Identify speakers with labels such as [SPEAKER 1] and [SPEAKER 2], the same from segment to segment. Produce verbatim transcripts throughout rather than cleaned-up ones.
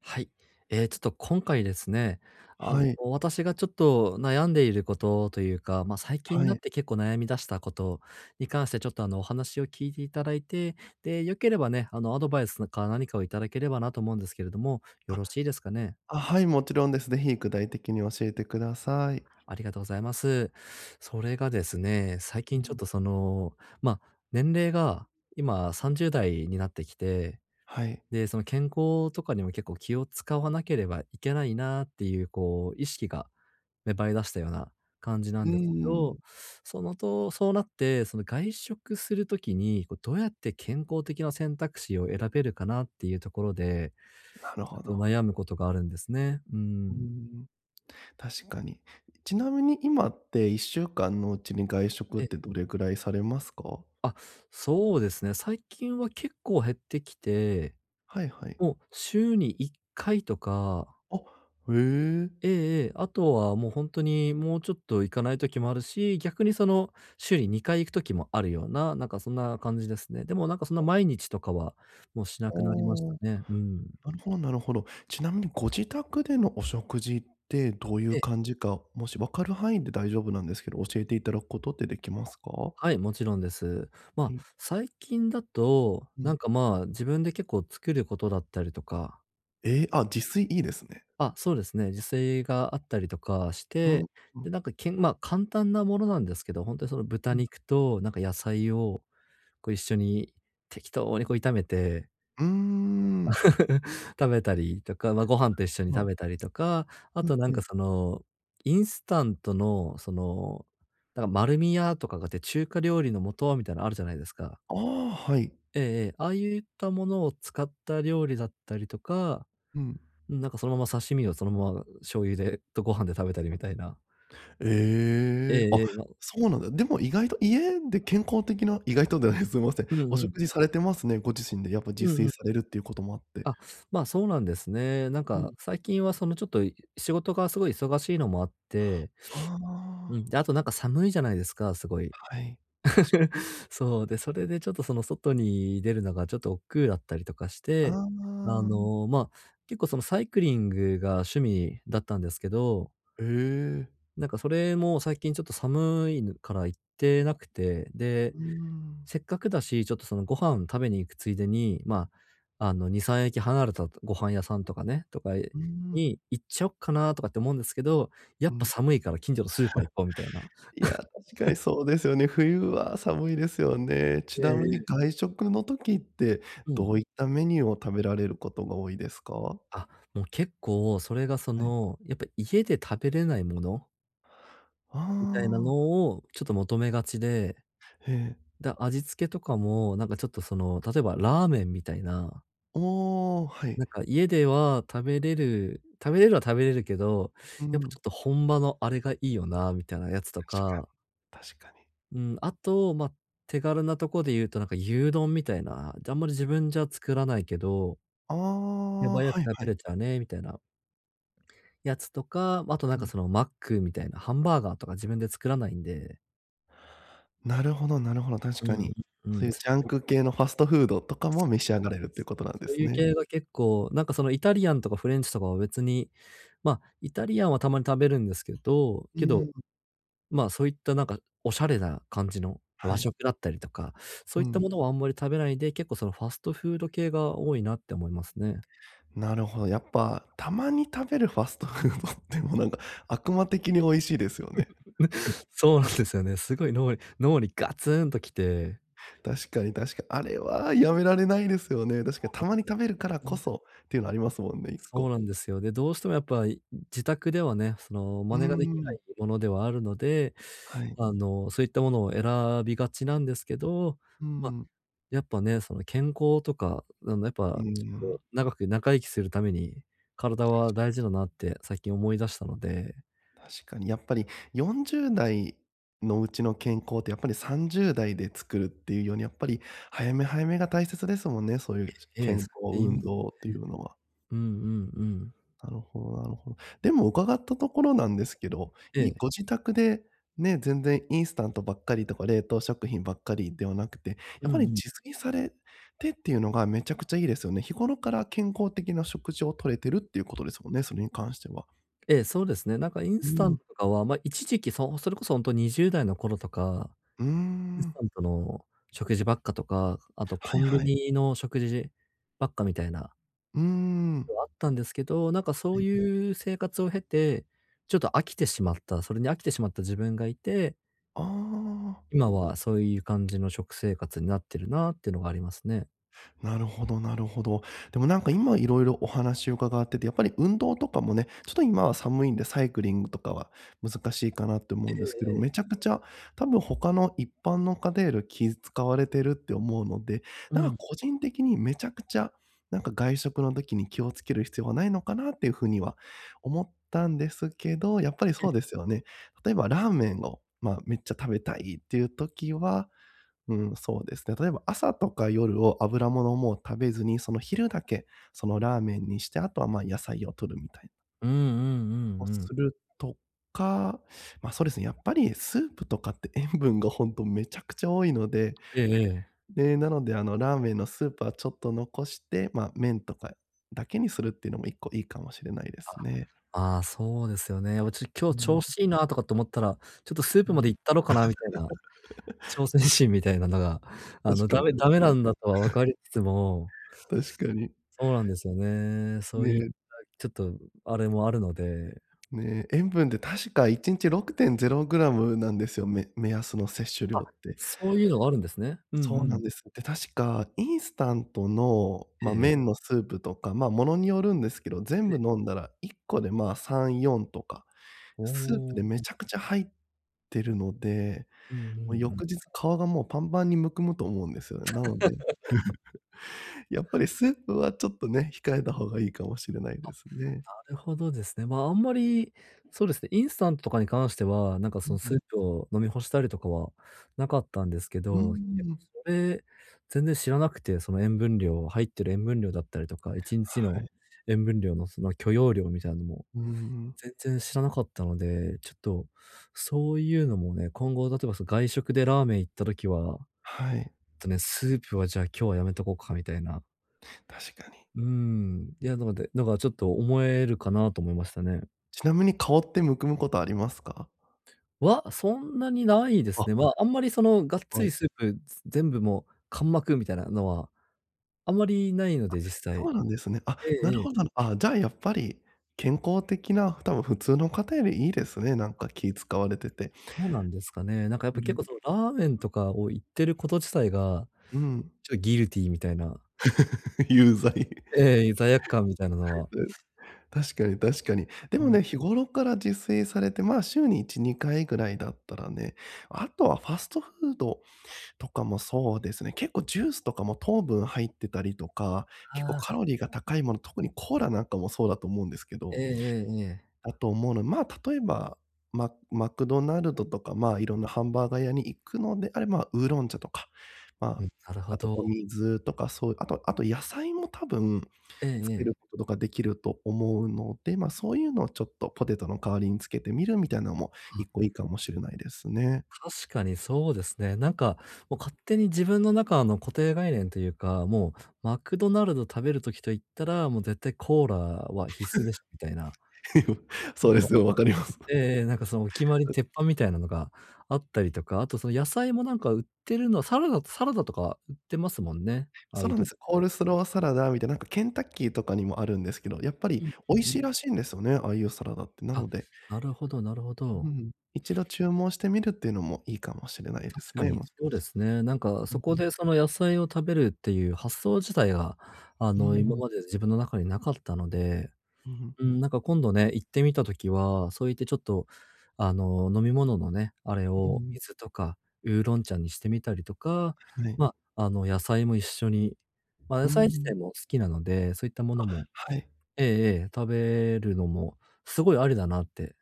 [SPEAKER 1] はい。えー、ちょっと今回ですね、あの、
[SPEAKER 2] はい、
[SPEAKER 1] 私がちょっと悩んでいることというか、まあ、最近に
[SPEAKER 2] は
[SPEAKER 1] なっ
[SPEAKER 2] い。
[SPEAKER 1] て結構悩み出したことに関して、ちょっとあの、お話を聞いていただいて、で、よければね、あの、アドバイスか何かをいただければなと思うんですけれども、よ
[SPEAKER 2] あ、
[SPEAKER 1] ろしいですかね。
[SPEAKER 2] あ、はい、もちろんです。ぜひ具体的に教えてください。
[SPEAKER 1] ありがとうございます。それがですね、最
[SPEAKER 2] う
[SPEAKER 1] 近ちょっ
[SPEAKER 2] ん、
[SPEAKER 1] とその、まあ、年齢が今さんじゅう代になってきて、
[SPEAKER 2] はい。
[SPEAKER 1] で、その健康とかにも結構気を使わなければいけないなっていう、こう、意識が芽生え出したような感じな
[SPEAKER 2] う
[SPEAKER 1] ん
[SPEAKER 2] ー
[SPEAKER 1] ですけど、
[SPEAKER 2] ん、
[SPEAKER 1] そのとそうなって、その外食するときに、こうどうやって健康的な選択肢を選べるかなっていうところで、
[SPEAKER 2] なる
[SPEAKER 1] ちょっ
[SPEAKER 2] ほ
[SPEAKER 1] と
[SPEAKER 2] ど。
[SPEAKER 1] 悩むことがあるんですね。う
[SPEAKER 2] うー
[SPEAKER 1] ん。
[SPEAKER 2] ん、確かに。ちなみに今っていっしゅうかんのうちに外食っ
[SPEAKER 1] え、
[SPEAKER 2] てどれぐらいされますか？
[SPEAKER 1] あ、そうですね。最近は結構減ってきて、
[SPEAKER 2] はいはい。
[SPEAKER 1] もう週にいっかいとか、
[SPEAKER 2] あ、へえ。
[SPEAKER 1] ええええ、あとはもう本当にもうちょっと行かない時もあるし、逆にその週ににかい行く時もあるような、なんかそんな感じですね。でもなんかそんな毎日とかはもうしなくなりました
[SPEAKER 2] あ
[SPEAKER 1] ね。うん。
[SPEAKER 2] あ、なるほどなるほど。ちなみにご自宅でのお食事ってどういう
[SPEAKER 1] え、
[SPEAKER 2] 感じか、もし分かる範囲で大丈夫なんですけど、教えていただくことってできますか？
[SPEAKER 1] はい、もちろんです。
[SPEAKER 2] は
[SPEAKER 1] ま
[SPEAKER 2] い。
[SPEAKER 1] あ、最近だと、
[SPEAKER 2] う
[SPEAKER 1] な
[SPEAKER 2] ん。
[SPEAKER 1] んかまあ、自分で結構作ることだったりとか、
[SPEAKER 2] ええ、あ、自炊いいですね。
[SPEAKER 1] あ、そうですね、自炊があったりとかし
[SPEAKER 2] う
[SPEAKER 1] て、
[SPEAKER 2] ん、う
[SPEAKER 1] で、
[SPEAKER 2] ん、
[SPEAKER 1] なんかけんまあ、簡単なものなんですけど、本当にその豚
[SPEAKER 2] うん。
[SPEAKER 1] 肉となんか野菜をこう一緒に適当にこう炒めて
[SPEAKER 2] うーん。
[SPEAKER 1] 食べたりとか、まあ、ご飯と一緒に食
[SPEAKER 2] の、
[SPEAKER 1] べたりとか、あ
[SPEAKER 2] う
[SPEAKER 1] と
[SPEAKER 2] ん
[SPEAKER 1] なん
[SPEAKER 2] う
[SPEAKER 1] か
[SPEAKER 2] ん。
[SPEAKER 1] その、インスタントのその、なんか丸み屋とかがあって、中華料理の素みたいなのあるじゃないですか。
[SPEAKER 2] ああ、はい。
[SPEAKER 1] ええええ、ああいったものを使った料理だったりとか、
[SPEAKER 2] うん。
[SPEAKER 1] うん、なんかそのまま刺身をそのまま醤油でとご飯で食べたりみたいな。え
[SPEAKER 2] ええ、
[SPEAKER 1] え
[SPEAKER 2] あ、
[SPEAKER 1] ええ、まあ、
[SPEAKER 2] そうなんだ。でも意外と家で健康的な意外とではない、すいません。
[SPEAKER 1] うん
[SPEAKER 2] お
[SPEAKER 1] うん。
[SPEAKER 2] 食事されてますね、ご自身でやっぱ自
[SPEAKER 1] うんう
[SPEAKER 2] 炊
[SPEAKER 1] ん。
[SPEAKER 2] されるっていうこともあって。
[SPEAKER 1] あ、まあ、そうなんですね。なん
[SPEAKER 2] う
[SPEAKER 1] か
[SPEAKER 2] ん。
[SPEAKER 1] 最近はそのちょっと、い仕事がすごい忙しいのもあって、
[SPEAKER 2] あ
[SPEAKER 1] うん、
[SPEAKER 2] あ、
[SPEAKER 1] で、あとなんか寒いじゃないですか、すごい。
[SPEAKER 2] はい。確
[SPEAKER 1] そう、で、それでちょっとその外に出るのがちょっと億劫だったりとかし
[SPEAKER 2] あ
[SPEAKER 1] て、あ
[SPEAKER 2] あ、
[SPEAKER 1] の、まあ、結構そのサイクリングが趣味だったんですけど、
[SPEAKER 2] ええ。
[SPEAKER 1] なんかそれも最近ちょっと寒いから行ってなくて、で、
[SPEAKER 2] うーん、
[SPEAKER 1] せっかくだし、ちょっとそのご飯食べに行くついでに、まあ、あの、に、さん駅離れたご飯屋さんとかね、とか
[SPEAKER 2] うーん、
[SPEAKER 1] に行っちゃおっかなとかって思うんですけど、や
[SPEAKER 2] う
[SPEAKER 1] っぱ
[SPEAKER 2] ん。
[SPEAKER 1] 寒いから近所のスーパー行こうみたいな。
[SPEAKER 2] いや、確かにそうですよね。冬は寒いですよね。ち
[SPEAKER 1] え
[SPEAKER 2] なみに
[SPEAKER 1] え。
[SPEAKER 2] 外食の時って、
[SPEAKER 1] うん。
[SPEAKER 2] どういったメニューを食べられることが多いですか？
[SPEAKER 1] あ、もう結構それがそ
[SPEAKER 2] はい。
[SPEAKER 1] の、やっぱ家で食べれないもの
[SPEAKER 2] あ
[SPEAKER 1] みたいな
[SPEAKER 2] あ、
[SPEAKER 1] のをちょっと求めがちで、
[SPEAKER 2] ええ。
[SPEAKER 1] だ味付けとかもなんかちょっとその、例えばラーメンみたいな、
[SPEAKER 2] おお、はい。
[SPEAKER 1] なんか家では食べれる食べれるは食べれるけど、
[SPEAKER 2] う
[SPEAKER 1] やっぱちょ
[SPEAKER 2] ん。
[SPEAKER 1] っと本場のあれがいいよなみたいなやつと
[SPEAKER 2] 確
[SPEAKER 1] か、
[SPEAKER 2] かに確かに。
[SPEAKER 1] うん、あと、まあ、手軽なとこで言うとなんか牛丼みたいな、あんまり自分じゃ作らないけど、
[SPEAKER 2] あ
[SPEAKER 1] 手
[SPEAKER 2] あ、
[SPEAKER 1] 早
[SPEAKER 2] は
[SPEAKER 1] く
[SPEAKER 2] い
[SPEAKER 1] 食
[SPEAKER 2] は
[SPEAKER 1] べ
[SPEAKER 2] い。
[SPEAKER 1] れちゃうねみたいなやつとか、あとなん
[SPEAKER 2] う
[SPEAKER 1] か
[SPEAKER 2] ん。
[SPEAKER 1] そのマックみたいな、ハンバーガーとか自分で作らないんで、
[SPEAKER 2] なるほどなるほど、確
[SPEAKER 1] う
[SPEAKER 2] か
[SPEAKER 1] ん、
[SPEAKER 2] に。
[SPEAKER 1] う
[SPEAKER 2] そう
[SPEAKER 1] ん、
[SPEAKER 2] いう
[SPEAKER 1] そ
[SPEAKER 2] ジャン
[SPEAKER 1] うい
[SPEAKER 2] ク
[SPEAKER 1] う、
[SPEAKER 2] 系のファストフードとかも召し上がれるっていうことなんで
[SPEAKER 1] そう
[SPEAKER 2] す
[SPEAKER 1] いう
[SPEAKER 2] ね。
[SPEAKER 1] 系が結構、なんかそのイタリアンとかフレンチとかは別に、ま、イタリアンはたまに食べるんですけど、
[SPEAKER 2] う
[SPEAKER 1] けど、
[SPEAKER 2] ん、
[SPEAKER 1] ま、そういったなんかおしゃれな感じの
[SPEAKER 2] は
[SPEAKER 1] 和
[SPEAKER 2] い。
[SPEAKER 1] 食だったりとか、そ
[SPEAKER 2] う
[SPEAKER 1] ういった
[SPEAKER 2] ん。
[SPEAKER 1] ものはあんまり食べないで、結構そのファストフード系が多いなって思いますね。
[SPEAKER 2] なるほど、やっぱ、たまに食べるファストフードってもうなんか悪魔的に美味しいですよね。
[SPEAKER 1] そうなんですよね。すごい脳に脳にガツンときて、
[SPEAKER 2] 確かに確かにあれはやめられないですよね。確か
[SPEAKER 1] そ
[SPEAKER 2] に
[SPEAKER 1] うな
[SPEAKER 2] たま
[SPEAKER 1] ん
[SPEAKER 2] に食べるからこそっていうのありますもんね、1
[SPEAKER 1] そう
[SPEAKER 2] 個。
[SPEAKER 1] なんですよ。で、どうしてもやっぱ、い自宅ではね、その、
[SPEAKER 2] う
[SPEAKER 1] 真
[SPEAKER 2] ー
[SPEAKER 1] 似ができな
[SPEAKER 2] ん、
[SPEAKER 1] いものではあるので、
[SPEAKER 2] はい。
[SPEAKER 1] あの、そういったものを選びがちなんですけど、
[SPEAKER 2] うー
[SPEAKER 1] まあ、
[SPEAKER 2] ん、
[SPEAKER 1] やっぱね、その、健康とか、あの、やっ
[SPEAKER 2] う
[SPEAKER 1] ぱ、
[SPEAKER 2] ー
[SPEAKER 1] ちょっと
[SPEAKER 2] ん。
[SPEAKER 1] 長く長生きするために、体は大事だなって最近思い出したので、
[SPEAKER 2] 確かにやっぱりよん代のうちの健康ってやっぱりさん代で作るっていうように、やっぱり早め早めが大切ですもんね、そういう
[SPEAKER 1] ええ、
[SPEAKER 2] 健
[SPEAKER 1] そ
[SPEAKER 2] 康
[SPEAKER 1] う言いま
[SPEAKER 2] 運
[SPEAKER 1] す。
[SPEAKER 2] 動っていうのは。
[SPEAKER 1] うんうんうん。
[SPEAKER 2] なるほどなるほど。でも伺ったところなんですけど、
[SPEAKER 1] え
[SPEAKER 2] い
[SPEAKER 1] え、
[SPEAKER 2] ご自宅でね、全然インスタントばっかりとか冷凍食品ばっかりではなくて、
[SPEAKER 1] う
[SPEAKER 2] や
[SPEAKER 1] ん
[SPEAKER 2] っ
[SPEAKER 1] う
[SPEAKER 2] ぱり
[SPEAKER 1] ん。
[SPEAKER 2] 自炊されてっていうのがめちゃくちゃいいですよね。日頃から健康的な食事をとれてるっていうことですもんね、それに関しては。
[SPEAKER 1] ええ、そうですね。なんかイン
[SPEAKER 2] う
[SPEAKER 1] スタン
[SPEAKER 2] ん。
[SPEAKER 1] トとかは、ま、一時期、そそれこそ本当とにじゅう代の頃とか
[SPEAKER 2] うー
[SPEAKER 1] レス
[SPEAKER 2] ん。
[SPEAKER 1] トランとの食事ばっかとか、あとコ
[SPEAKER 2] はい
[SPEAKER 1] ンビ
[SPEAKER 2] はい。
[SPEAKER 1] ニの食事ばっかみたいなの
[SPEAKER 2] うーん。
[SPEAKER 1] あったんですけど、なんかそ
[SPEAKER 2] は
[SPEAKER 1] う
[SPEAKER 2] い
[SPEAKER 1] いう生活を経て、ちょっと飽きてしまった、それに飽きてしまった自分がいて、
[SPEAKER 2] ああ。
[SPEAKER 1] 今はそういう感じの食生活になってるなっていうのがありますね。
[SPEAKER 2] なるほどなるほど。でもなんか今いろいろお話を伺ってて、やっぱり運動とかもね、ちょっと今は寒いんでサイクリングとかは難しいかなって思
[SPEAKER 1] え
[SPEAKER 2] う
[SPEAKER 1] え
[SPEAKER 2] んですけど、
[SPEAKER 1] え
[SPEAKER 2] めち
[SPEAKER 1] え。
[SPEAKER 2] ゃくちゃ多分他の一般の方より気使われてるって思うので、
[SPEAKER 1] う
[SPEAKER 2] なんか
[SPEAKER 1] ん。
[SPEAKER 2] 個人的にめちゃくちゃ、なんか外食の時に気をつける必要はないのかなっていう風には思ったんですけど、やっぱりそうですよね。例えばラーメンを、まあ、めっちゃ食べたいっていう時は、うん、そうですね。例えば朝とか夜を油物をもう食べずに、その昼だけ、そのラーメンにして、あとは、ま、あ野菜を摂るみたいな
[SPEAKER 1] うんうんうんう
[SPEAKER 2] を
[SPEAKER 1] ん。
[SPEAKER 2] するとか、ま、あそうですね、やっぱりスープとかって塩分が本当めちゃくちゃ多いので、
[SPEAKER 1] ええええ。
[SPEAKER 2] で、なので、あの、ラーメンのスープはちょっと残して、ま、あ麺とかだけにするっていうのも一個いいかもしれないですね。
[SPEAKER 1] ああ、そうですよね。おち今
[SPEAKER 2] う
[SPEAKER 1] 日調
[SPEAKER 2] ん、
[SPEAKER 1] 子いいなとかと思ったら、ちょっとスー
[SPEAKER 2] う
[SPEAKER 1] プまで
[SPEAKER 2] ん、
[SPEAKER 1] 行ったろかなみたいな、挑戦心みたいなのが、あ
[SPEAKER 2] 確
[SPEAKER 1] の、
[SPEAKER 2] か
[SPEAKER 1] ダ
[SPEAKER 2] に
[SPEAKER 1] メ
[SPEAKER 2] 確か
[SPEAKER 1] ダメな
[SPEAKER 2] に。
[SPEAKER 1] んだとは分かりつつも、
[SPEAKER 2] 確かに。
[SPEAKER 1] そうなんですよね。そういっ
[SPEAKER 2] ね。
[SPEAKER 1] た、ちょっとあれもあるので。
[SPEAKER 2] ねえ、塩分って確かいちにちろくてんれいグラムなんですよ、め目安の摂取量
[SPEAKER 1] あ、
[SPEAKER 2] って。
[SPEAKER 1] そういうのがあるんですね。うんう
[SPEAKER 2] そうな
[SPEAKER 1] ん。
[SPEAKER 2] んです。で、確かインスタントの、
[SPEAKER 1] ええ
[SPEAKER 2] ま、
[SPEAKER 1] え
[SPEAKER 2] 麺
[SPEAKER 1] え。
[SPEAKER 2] のスープとか、ま、ものによるんですけど、全
[SPEAKER 1] え
[SPEAKER 2] 部
[SPEAKER 1] え。
[SPEAKER 2] 飲んだらいっこで、まあ、さん、よんとか、
[SPEAKER 1] お
[SPEAKER 2] スープ
[SPEAKER 1] お。
[SPEAKER 2] でめちゃくちゃ入ってるので、
[SPEAKER 1] うんうんう
[SPEAKER 2] もう
[SPEAKER 1] ん。
[SPEAKER 2] 翌日顔がもうパンパンにむくむと思うんですよね。なので、やっぱりスープはちょっとね、控えた方がいいかもしれないですね。
[SPEAKER 1] なるほどですね。まあ、あんまり、そうですね、インスタントとかに関しては、なんか
[SPEAKER 2] う
[SPEAKER 1] そ
[SPEAKER 2] ん
[SPEAKER 1] の
[SPEAKER 2] う
[SPEAKER 1] ス
[SPEAKER 2] ん。
[SPEAKER 1] ープを飲み干したりとかはなかったんですけ
[SPEAKER 2] うー
[SPEAKER 1] ど、結
[SPEAKER 2] ん。
[SPEAKER 1] 構それ、全然知らなくて、その塩分量、入ってる塩分量だったりとか、いちにち
[SPEAKER 2] は
[SPEAKER 1] の
[SPEAKER 2] い。
[SPEAKER 1] 塩分量のその許容量みたいなのも
[SPEAKER 2] うーん。
[SPEAKER 1] 全然知らなかったので、ちょっと、そういうのもね、今後例えば、そ、外食でラーメン行った時は、
[SPEAKER 2] はい、
[SPEAKER 1] とね、スープはじゃあ今日はやめとこうかみたいな。
[SPEAKER 2] 確かに。
[SPEAKER 1] うーん。いや、なので、のがちょっと思えるかなと思いましたね。
[SPEAKER 2] ちなみに顔ってむくむことありますか？
[SPEAKER 1] は、そんなにないで
[SPEAKER 2] あ、
[SPEAKER 1] すね。まあ、あんまりそのがっつ
[SPEAKER 2] は
[SPEAKER 1] り
[SPEAKER 2] い。
[SPEAKER 1] スープ全部もう完幕みたいなのは、あんまりないので、実
[SPEAKER 2] そ
[SPEAKER 1] 際。
[SPEAKER 2] うなんですね。あ、
[SPEAKER 1] ええ
[SPEAKER 2] なる
[SPEAKER 1] ええ。
[SPEAKER 2] ほど。あ、じゃあやっぱり、健康的な、多分普通の方よりいいですね、なんか気使われてて。
[SPEAKER 1] そうなんですかね。なんかやっ
[SPEAKER 2] う
[SPEAKER 1] ぱ結構
[SPEAKER 2] ん。
[SPEAKER 1] そのラーメンとかを言ってること自体が、
[SPEAKER 2] うん。
[SPEAKER 1] ちょっとギルティーみたいな、
[SPEAKER 2] 有罪。
[SPEAKER 1] ええ、罪悪感みたいなのは、
[SPEAKER 2] 確かに確かに。で
[SPEAKER 1] う
[SPEAKER 2] も
[SPEAKER 1] ん。
[SPEAKER 2] ね、日頃から自炊されて、まあ、週にいち、にかいぐらいだったらね、あとはファストフードとかもそうですね、結構ジュースとかも糖分入ってたりとか、結構
[SPEAKER 1] あ
[SPEAKER 2] カ
[SPEAKER 1] あ、
[SPEAKER 2] ロリーが高いもの、特にコーラなんかもそうだと思うんですけ
[SPEAKER 1] え
[SPEAKER 2] ど
[SPEAKER 1] えええええ。
[SPEAKER 2] だと思うので。まあ、例えば、ママクドナルドとか、まあ、いろんなハンバーガー屋に行くのであれば、ウーロン茶とか、ま
[SPEAKER 1] う
[SPEAKER 2] あ、
[SPEAKER 1] ん、なるほ
[SPEAKER 2] あとお
[SPEAKER 1] ど。
[SPEAKER 2] 水とか、そうあとあと野菜も多分
[SPEAKER 1] ええ
[SPEAKER 2] つ
[SPEAKER 1] え
[SPEAKER 2] け
[SPEAKER 1] え。
[SPEAKER 2] ることとかできると思うので、まあ、そういうのをちょっとポテトの代わりにつけてみるみたいなのも
[SPEAKER 1] あ、
[SPEAKER 2] 一個いいかもしれないですね。
[SPEAKER 1] 確かにそうですね。なんか、もう勝手に自分の中の固定概念というか、もうマクドナルド食べる時と言ったら、もう絶対コーラは必須でしょみたいな、
[SPEAKER 2] そうで すよ、わかります。
[SPEAKER 1] ええええ、なんかそのお決まり、鉄板 みたいなのがあったりとか、あとその野菜もなんか売ってるのはサラダサラダとか売ってますもんね、ああ
[SPEAKER 2] そ
[SPEAKER 1] い
[SPEAKER 2] う
[SPEAKER 1] う
[SPEAKER 2] なん
[SPEAKER 1] と
[SPEAKER 2] で
[SPEAKER 1] こ
[SPEAKER 2] す。
[SPEAKER 1] っ
[SPEAKER 2] コー
[SPEAKER 1] て。
[SPEAKER 2] ルスローサラダみたいな、なんかケンタッキーとかにもあるんですけど、やっぱり
[SPEAKER 1] うん
[SPEAKER 2] 美味
[SPEAKER 1] う
[SPEAKER 2] し
[SPEAKER 1] ん。
[SPEAKER 2] いらしいんですよね、ああいうサラダって。な
[SPEAKER 1] あ、
[SPEAKER 2] ので
[SPEAKER 1] なるほどなるほ
[SPEAKER 2] う
[SPEAKER 1] ど。
[SPEAKER 2] ん、一度注文してみるっていうのもいいかもしれないで
[SPEAKER 1] 確
[SPEAKER 2] す
[SPEAKER 1] か
[SPEAKER 2] ね、
[SPEAKER 1] に、
[SPEAKER 2] もしか
[SPEAKER 1] そう
[SPEAKER 2] し
[SPEAKER 1] で
[SPEAKER 2] たら。
[SPEAKER 1] すね。なんか
[SPEAKER 2] う
[SPEAKER 1] そ
[SPEAKER 2] ん、
[SPEAKER 1] こでその野菜を食べるっていう発想自体が、あ
[SPEAKER 2] うん、う
[SPEAKER 1] の、今
[SPEAKER 2] ん、
[SPEAKER 1] まで自分の中になかったので、
[SPEAKER 2] うん、
[SPEAKER 1] うん、なんか今度ね、行ってみたときは、そう言ってちょっと、あの、飲み物のね、あれを水とかウーロン茶にしてみたりとか、
[SPEAKER 2] はい。
[SPEAKER 1] ま、ああの、野菜も一緒に、まあ、
[SPEAKER 2] う
[SPEAKER 1] 野菜自
[SPEAKER 2] ん、
[SPEAKER 1] 体も好きなので、そういったものも、
[SPEAKER 2] はい。
[SPEAKER 1] ええええ、食べるのもすごいありだなって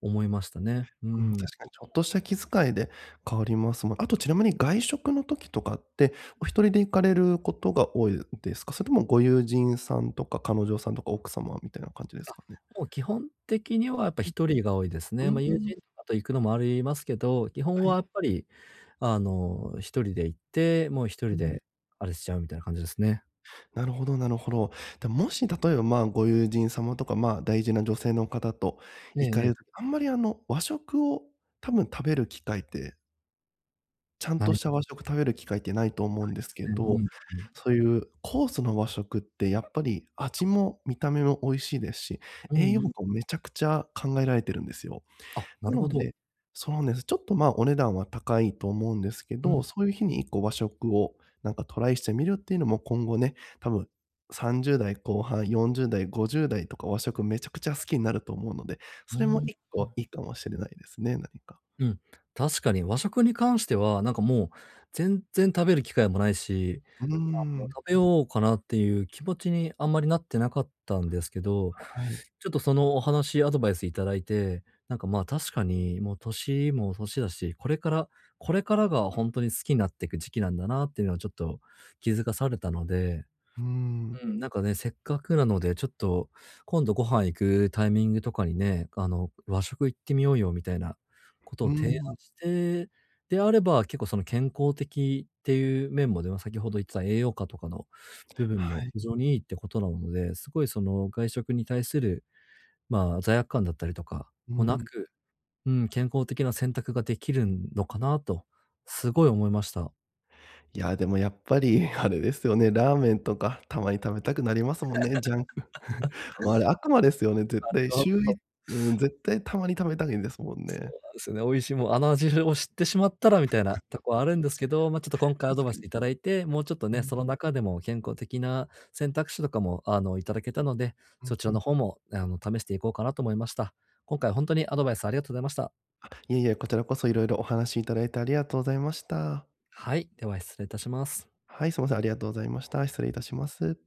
[SPEAKER 1] 思いましたね。う
[SPEAKER 2] うん、
[SPEAKER 1] ん。
[SPEAKER 2] 確かにちょっとした気遣いで変わりますもん。あとちなみに外食の時とかって、お一人で行かれることが多いですか？それともご友人さんとか彼女さんとか奥様みたいな感じですかね？
[SPEAKER 1] もう基本的にはやっぱ一人が多いですね。
[SPEAKER 2] う
[SPEAKER 1] まあ、友
[SPEAKER 2] ん、
[SPEAKER 1] 人とかと行くのもありますけど、基本
[SPEAKER 2] は
[SPEAKER 1] は
[SPEAKER 2] い。
[SPEAKER 1] やっぱり、あの、一人で行って、もう一
[SPEAKER 2] う
[SPEAKER 1] 人
[SPEAKER 2] ん。
[SPEAKER 1] であれしちゃうみたいな感じですね。
[SPEAKER 2] なるほどなるほど。で、もし例えば、まあ、ご友人様とか、まあ、大事な女性の方と
[SPEAKER 1] ええ
[SPEAKER 2] 行か
[SPEAKER 1] え
[SPEAKER 2] れる
[SPEAKER 1] え。
[SPEAKER 2] とき、あんまり、あの、和食を多分食べる機会って、ちゃん
[SPEAKER 1] な
[SPEAKER 2] と
[SPEAKER 1] い
[SPEAKER 2] した
[SPEAKER 1] で
[SPEAKER 2] 和食食べる機会ってないと思うんです
[SPEAKER 1] す
[SPEAKER 2] け
[SPEAKER 1] ね。う
[SPEAKER 2] ど、
[SPEAKER 1] んうん。
[SPEAKER 2] そういうコースの和食ってやっぱり味も見た目も美味しいですし、
[SPEAKER 1] うん
[SPEAKER 2] 栄
[SPEAKER 1] う
[SPEAKER 2] 養
[SPEAKER 1] ん。
[SPEAKER 2] 価もめちゃくちゃ考えられてるんですよ。
[SPEAKER 1] あ、な
[SPEAKER 2] な
[SPEAKER 1] るほ
[SPEAKER 2] の
[SPEAKER 1] ど。
[SPEAKER 2] でそうなんです。ちょっと、まあ、お値段は高いと思うんですけ
[SPEAKER 1] うん、う
[SPEAKER 2] ど、そういう日に一個和食をなんかトライしてみるっていうのも今後ね、多分さんじゅう代後半、よんじゅう代、ごじゅう代とか和食めちゃくちゃ好きになると思うので、
[SPEAKER 1] ー
[SPEAKER 2] それも
[SPEAKER 1] ん。
[SPEAKER 2] 一個いいかもしれないですね、何か。
[SPEAKER 1] うん、確かに和食に関しては、なんかもう全然食べる機会もないし、
[SPEAKER 2] うー
[SPEAKER 1] あの、
[SPEAKER 2] ん、
[SPEAKER 1] 食べようかなっていう気持ちにあんまりなってなかったんですけど、
[SPEAKER 2] はい。
[SPEAKER 1] ちょっとそのお話、アドバイスいただいて、なんかまあ確かにもう年も年だし、これから、これからが本当に好きになっていく時期なんだなっていうのはちょっと気づかされたので、
[SPEAKER 2] うーん。
[SPEAKER 1] うん、なんかね、せっかくなので、ちょっと今度ご飯行くタイミングとかにね、あの、和食行ってみようよみたいなこと
[SPEAKER 2] う
[SPEAKER 1] を
[SPEAKER 2] ー
[SPEAKER 1] 提案
[SPEAKER 2] ん、
[SPEAKER 1] して、であれば、結構その健康的っていう面もね、ま、先ほど言ってた栄養価とかの部分も
[SPEAKER 2] はい。
[SPEAKER 1] 非常にいいってことなので、すごいその外食に対する、まあ、罪悪感だったりとか
[SPEAKER 2] うー
[SPEAKER 1] もな
[SPEAKER 2] ん。
[SPEAKER 1] く、うん、健康的な選択ができるのかなと、すごい思いました。
[SPEAKER 2] いや、でもやっぱりあれですよね、ラーメンとかたまに食べたくなりますもんね、ジャンク。まああれ悪魔ですよね、絶対週ういうん、絶対たまに食べたいんですもんね。
[SPEAKER 1] ですね。美味しいもう、あの味を知ってしまったらみたいなとこはあるんですけど、ま、ちょっと今回アド
[SPEAKER 2] 確
[SPEAKER 1] バイ
[SPEAKER 2] か
[SPEAKER 1] ス
[SPEAKER 2] に。
[SPEAKER 1] いただいて、もうちょっと
[SPEAKER 2] う
[SPEAKER 1] ね、
[SPEAKER 2] ん
[SPEAKER 1] その中でも健康的な選択肢とかも、あの、いただけたので、
[SPEAKER 2] う
[SPEAKER 1] そ
[SPEAKER 2] ん。
[SPEAKER 1] ちらの方も、あの、試していこうかなと思いました。今回ほんとにアドバイスありがとうございました。
[SPEAKER 2] あ、いえいえ、こちらこそいろいろお話しいただいてありがとうございました。
[SPEAKER 1] はい、では失礼いたします。
[SPEAKER 2] はい、すみません、ありがとうございました。失礼いたします。